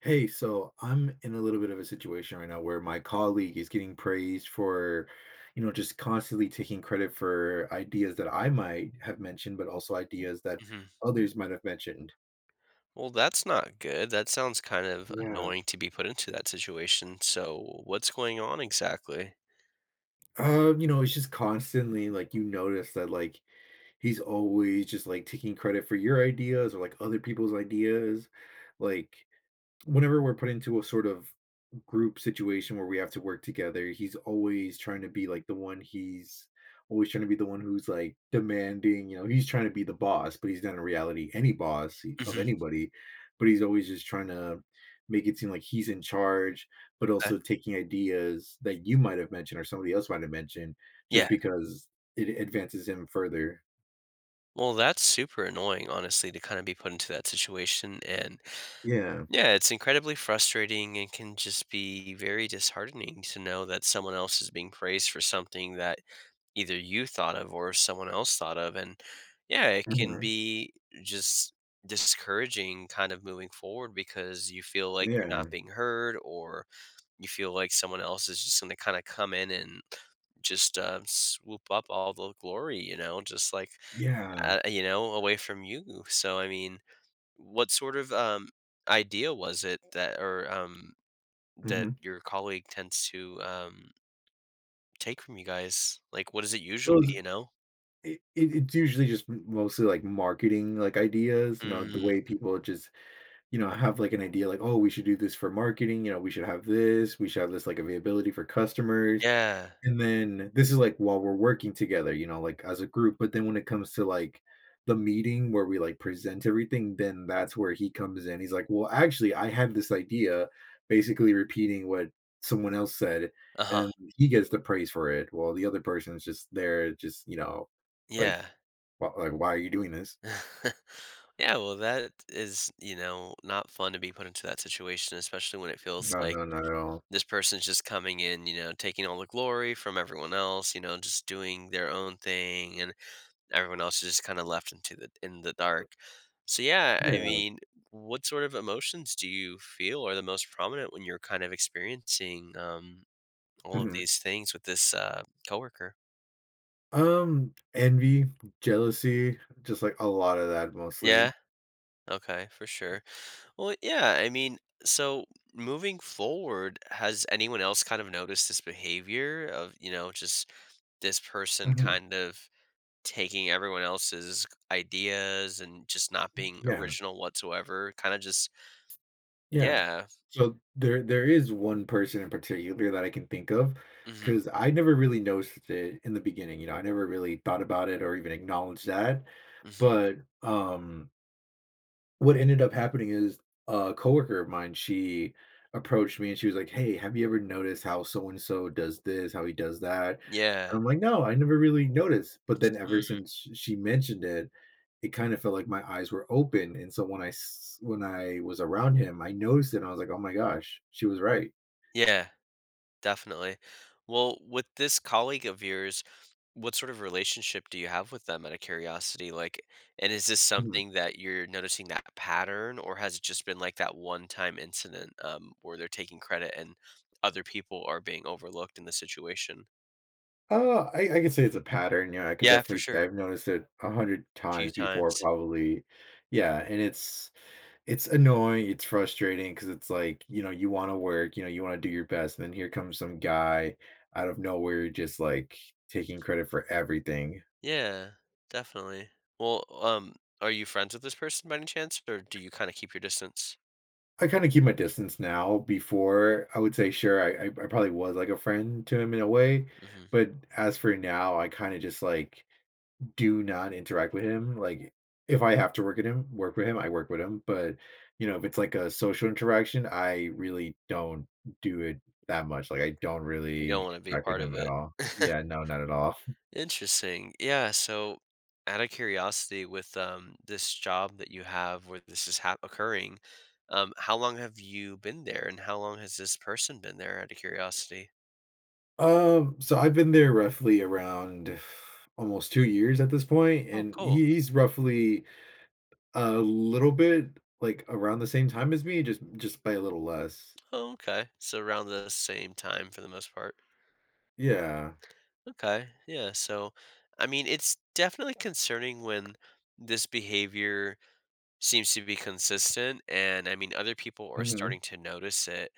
Hey, so I'm in a little bit of a situation right now where my colleague is getting praised for, just constantly taking credit for ideas that I might have mentioned, but also ideas that Mhm. others might have mentioned. Well, that's not good. That sounds kind of Yeah. annoying to be put into that situation. So, what's going on exactly? It's just constantly like you notice that like he's always just like taking credit for your ideas or like other people's ideas. Like whenever we're put into a sort of group situation where we have to work together, he's always trying to be the one who's like demanding, you know, he's trying to be the boss, but he's not in reality any boss of Mhm. anybody, but he's always just trying to make it seem like he's in charge, but Okay. also taking ideas that you might have mentioned or somebody else might have mentioned just Yeah. because it advances him further. Well, that's super annoying, honestly, to kind of be put into that situation. And Yeah. yeah, it's incredibly frustrating and can just be very disheartening to know that someone else is being praised for something that either you thought of or someone else thought of. And yeah, it can Mhm. be just discouraging kind of moving forward because you feel like you're not Yeah. being heard or you feel like someone else is just gonna kinda come in and just, swoop up all the glory, you know, just like, Yeah. You know, away from you. So, I mean, what sort of, idea was it that or, that hmm your colleague tends to, take from you guys? Like, what is it usually, So you know? it's usually just mostly like marketing like ideas, you know, the Mm, way people just, you know, have like an idea like, oh, we should do this for marketing, you know, we should have this like availability for customers, yeah. and then this is like while we're working together, you know, like as a group, but then when it comes to like the meeting where we like present everything, then that's where he comes in. He's like, well, actually, I had this idea, basically repeating what someone else said, Uh-huh. and he gets the praise for it while the other person's just there just, like, Yeah. Wh like, "Why are you doing this?" Yeah, well, that is, you know, not fun to be put into that situation, especially when it feels "No, like no, not at all." this person's just coming in, you know, taking all the glory from everyone else, you know, just doing their own thing, and everyone else is just kind of left into the in the dark. So yeah, I Yeah, mean, what sort of emotions do you feel are the most prominent when you're kind of experiencing all of mhm. these things with this coworker? Envy, jealousy, just, like, a lot of that mostly. Yeah. Okay, for sure. Well, yeah, I mean, so moving forward, has anyone else kind of noticed this behavior of, you know, just this person Mhm. kind of taking everyone else's ideas and just not being Yeah, original whatsoever, kinda just yeah. yeah. So, there is one person in particular that I can think of, Mhm, because I never really noticed it in the beginning, you know, I never really thought about it or even acknowledged that, mhm. but, um what ended up happening is a coworker of mine, she approached me and she was like, "Hey, have you ever noticed how so and so does this, how he does that?" Yeah. And I'm like, "No, I never really noticed." But then ever Mm. since sh she mentioned it, it kind of felt like my eyes were open, and so when I s when I was around him, I noticed it and I was like, "Oh my gosh, she was right." Yeah, definitely. Well, with this colleague of yours, what sort of relationship do you have with them out of curiosity? Like, and is this Mhm. something that you're noticing that pattern, or has it just been, like, that one-time incident, where they're taking credit and other people are being overlooked in the situation? I could say it's a pattern. Yeah, I could Yeah, for definitely sure. say I've noticed it a hundred a Few times before, times. probably. Yeah, and it's annoying. It's frustrating because it's like you know you want to work, you know you want to do your best, and then here comes some guy out of nowhere just like taking credit for everything. Yeah, definitely. Well, are you friends with this person by any chance, or do you kind of keep your distance? I kind of keep my distance now. Before I would say sure, I probably was like a friend to him in a way, hmm but as for now, I kind of just like do not interact with him. Like if I have to work with him, I work with him. But you know, if it's like a social interaction, I really don't do it that much. Like I don't You don't really want to be a interact with part of him at it. all. Yeah, no, not at all. Interesting. Yeah. So, out of curiosity, with this job that you have where this is hap occurring, how long have you been there, and how long has this person been there? Out of curiosity. So I've been there roughly around almost 2 years at this point, Oh, and cool. He's roughly a little bit like around the same time as me, just by a little less. Oh, okay. So around the same time for the most part. Yeah. Okay. Yeah. So, I mean, it's definitely concerning when this behavior seems to be consistent. And I mean, other people are hmm starting to notice it.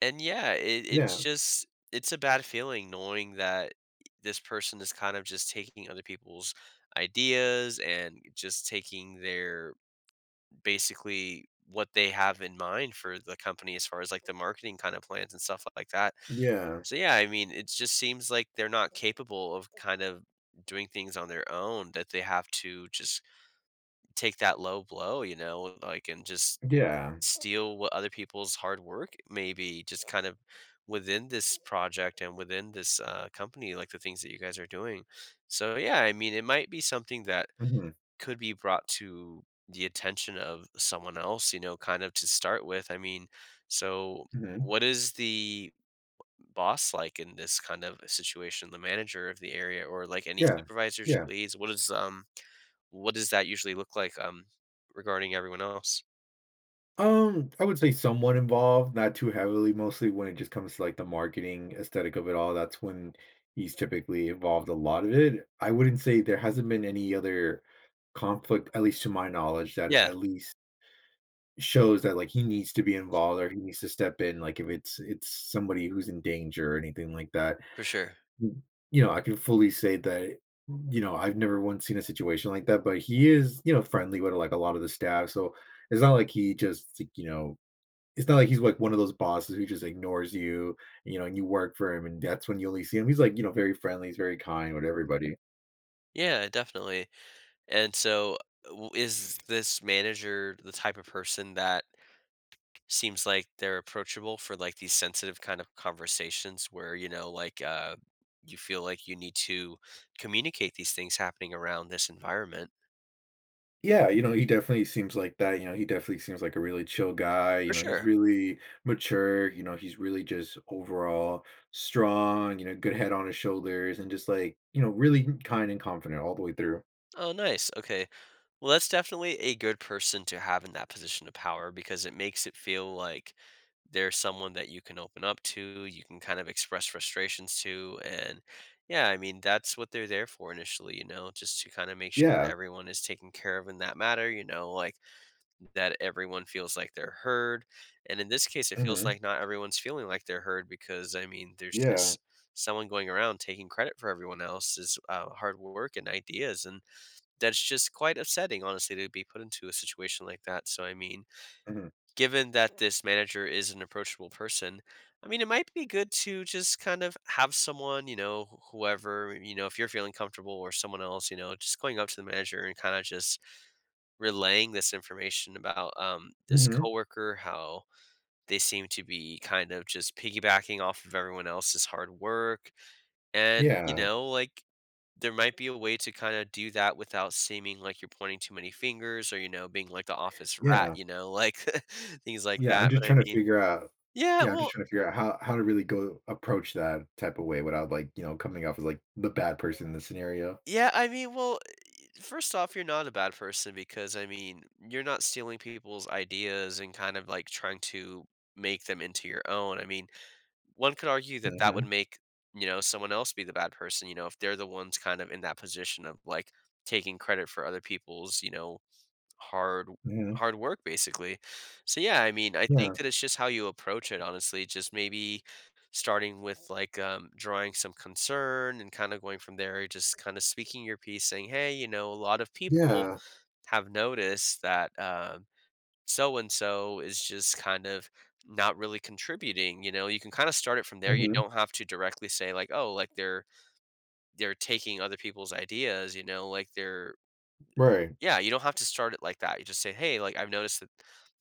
And yeah, it's Yeah. just, it's a bad feeling knowing that this person is kind of just taking other people's ideas and just taking their, basically what they have in mind for the company as far as like the marketing kind of plans and stuff like that. Yeah. So yeah, I mean, it just seems like they're not capable of kind of doing things on their own, that they have to just take that low blow, you know, like, and just Yeah. steal what other people's hard work maybe just kind of within this project and within this company, like the things that you guys are doing. So yeah, I mean, it might be something that hmm could be brought to the attention of someone else, you know, kind of to start with. I mean, so what is the boss like in this kind of situation, the manager of the area or like any Yeah, supervisors yeah. or leads? What is what does that usually look like regarding everyone else? I would say someone involved, not too heavily, mostly when it just comes to, like, the marketing aesthetic of it all. That's when he's typically involved a lot of it. I wouldn't say there hasn't been any other conflict, at least to my knowledge, that Yeah, at least shows that, like, he needs to be involved or he needs to step in, like, if it's somebody who's in danger or anything like that. for sure. Mm. You know, I can fully say that, you know, I've never once seen a situation like that, but he is, you know, friendly with like a lot of the staff. So it's not like he just, like, you know, it's not like he's like one of those bosses who just ignores you, you know, and you work for him and that's when you only see him. He's like, you know, very friendly, he's very kind with everybody. Yeah, definitely. And so is this manager the type of person that seems like they're approachable for like these sensitive kind of conversations where, you know, like, you feel like you need to communicate these things happening around this environment? Yeah, you know, he definitely seems like a really chill guy, you For know, he's sure. really mature, you know, he's really just overall strong, you know, good head on his shoulders and just like, you know, really kind and confident all the way through. Oh, nice. Okay. Well, that's definitely a good person to have in that position of power because it makes it feel like there's someone that you can open up to, you can kind of express frustrations to. And yeah, I mean, that's what they're there for initially, you know, just to kind of make sure that Yeah. everyone is taken care of in that matter, you know, like that everyone feels like they're heard. And in this case, it feels Mhm. like not everyone's feeling like they're heard because, I mean, there's Yeah. just someone going around taking credit for everyone else's hard work and ideas. And that's just quite upsetting, honestly, to be put into a situation like that. So, I mean, Mhm. given that this manager is an approachable person, I mean, it might be good to just kind of have someone, you know, whoever, you know, if you're feeling comfortable or someone else, you know, just going up to the manager and kind of just relaying this information about this Mhm. coworker, how they seem to be kind of just piggybacking off of everyone else's hard work. And, you Yeah. know, like, there might be a way to kind of do that without seeming like you're pointing too many fingers, or you know, being like the office rat, Yeah. you know, like things like Yeah, I'm that, just but I trying to mean, figure out yeah, Yeah, I'm just well, trying to figure out how to really go approach that type of way without like, you know, coming off as like the bad person in the scenario. yeah, I mean, well, first off, you're not a bad person because I mean, you're not stealing people's ideas and kind of like trying to make them into your own. I mean, one could argue that that would Mhm. make, you know, someone else be the bad person, you know, if they're the ones kind of in that position of like taking credit for other people's, you know, hard Mhm. hard work basically. So yeah, I mean, I Yeah. think that it's just how you approach it honestly, just maybe starting with like drawing some concern and kind of going from there, just kind of speaking your piece saying, "Hey, you know, a lot of people Yeah. have noticed that so and so is just kind of not really contributing, you know." You can kind of start it from there. You Mhm. don't have to directly say like, "Oh, like they're taking other people's ideas, you know, like they're." Right. Yeah, you don't have to start it like that. You just say, "Hey, like I've noticed that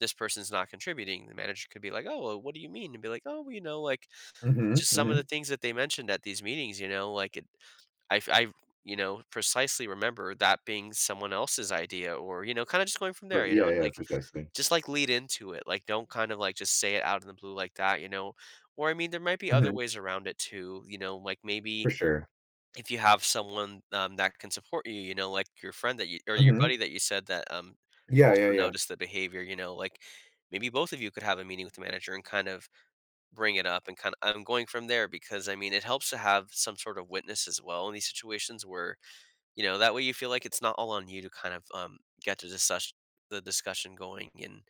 this person's not contributing." The manager could be like, "Oh, well, what do you mean?" And be like, "Oh, well, you know, like Mhm, just some of the mhm. things that they mentioned at these meetings, you know, like it, I, you know, precisely remember that being someone else's idea, or you know, kind of just going from there, For you know, yeah, and yeah, like precisely. just like lead into it, like don't kind of like just say it out in the blue like that, you know." Or I mean, there might be other Mhm, ways around it too, you know, like maybe for sure. if you have someone, that can support you, you know, like your friend that you or your Mhm. buddy that you said that, Yeah, yeah, also yeah. noticed the behavior, you know, like, maybe both of you could have a meeting with the manager and kind of bring it up and kind of I'm going from there because, I mean, it helps to have some sort of witness as well in these situations where, you know, that way you feel like it's not all on you to kind of, get the discussion going, and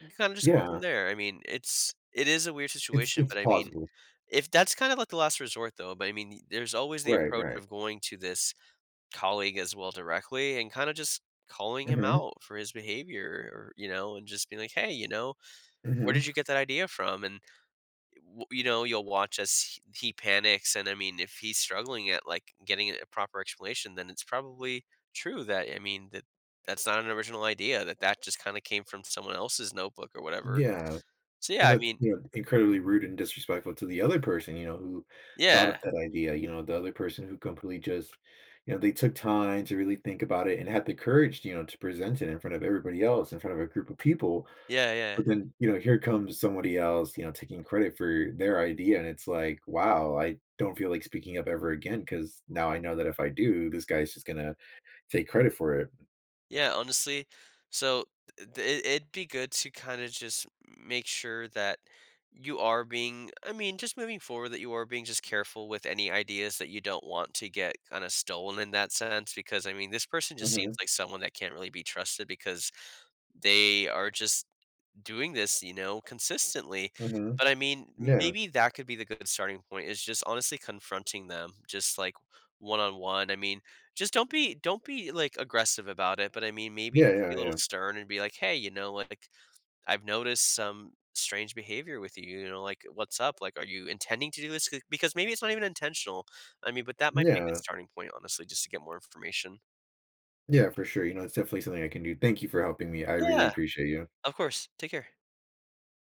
you can kind of just go Yeah, from there. I mean, it's, it is a weird situation, it's but I mean, plausible. if that's kind of like the last resort though. But I mean, there's always the Right, approach right. of going to this colleague as well directly and kind of just calling him Mhm, out for his behavior, or you know, and just being like, "Hey, you know, where did mhm. you get that idea from?" And you know, you'll watch as he panics, and I mean, if he's struggling at like getting a proper explanation, then it's probably true that, I mean, that that's not an original idea, that that just kind of came from someone else's notebook or whatever. Yeah, So yeah, and I that's, mean, you know, incredibly rude and disrespectful to the other person, you know, who thought yeah, of that idea, you know, the other person who completely just, you know, they took time to really think about it and had the courage, you know, to present it in front of everybody else, in front of a group of people. yeah, yeah. But then, you know, here comes somebody else, you know, taking credit for their idea, and it's like, wow, I don't feel like speaking up ever again because now I know that if I do, this guy's just gonna take credit for it. Yeah, honestly, so th- it, it'd be good to kind of just make sure that you are being, I mean, just moving forward, that you are being just careful with any ideas that you don't want to get kind of stolen in that sense. Because, I mean, this person just seems Mhm, like someone that can't really be trusted because they are just doing this, you know, consistently. mhm. But I mean, Yeah. maybe that could be the good starting point is just honestly confronting them, just like one on one. I mean, just don't be like aggressive about it, but I mean, maybe Yeah, be a yeah, little yeah. stern and be like, "Hey, you know, like I've noticed some strange behavior with you, you know, like what's up? Like, are you intending to do this?" Because maybe it's not even intentional. I mean, but that might be a good Yeah. starting point, honestly, just to get more information. Yeah, for sure, you know, it's definitely something I can do. Thank you for helping me, I really Yeah, appreciate you. of course. Take care.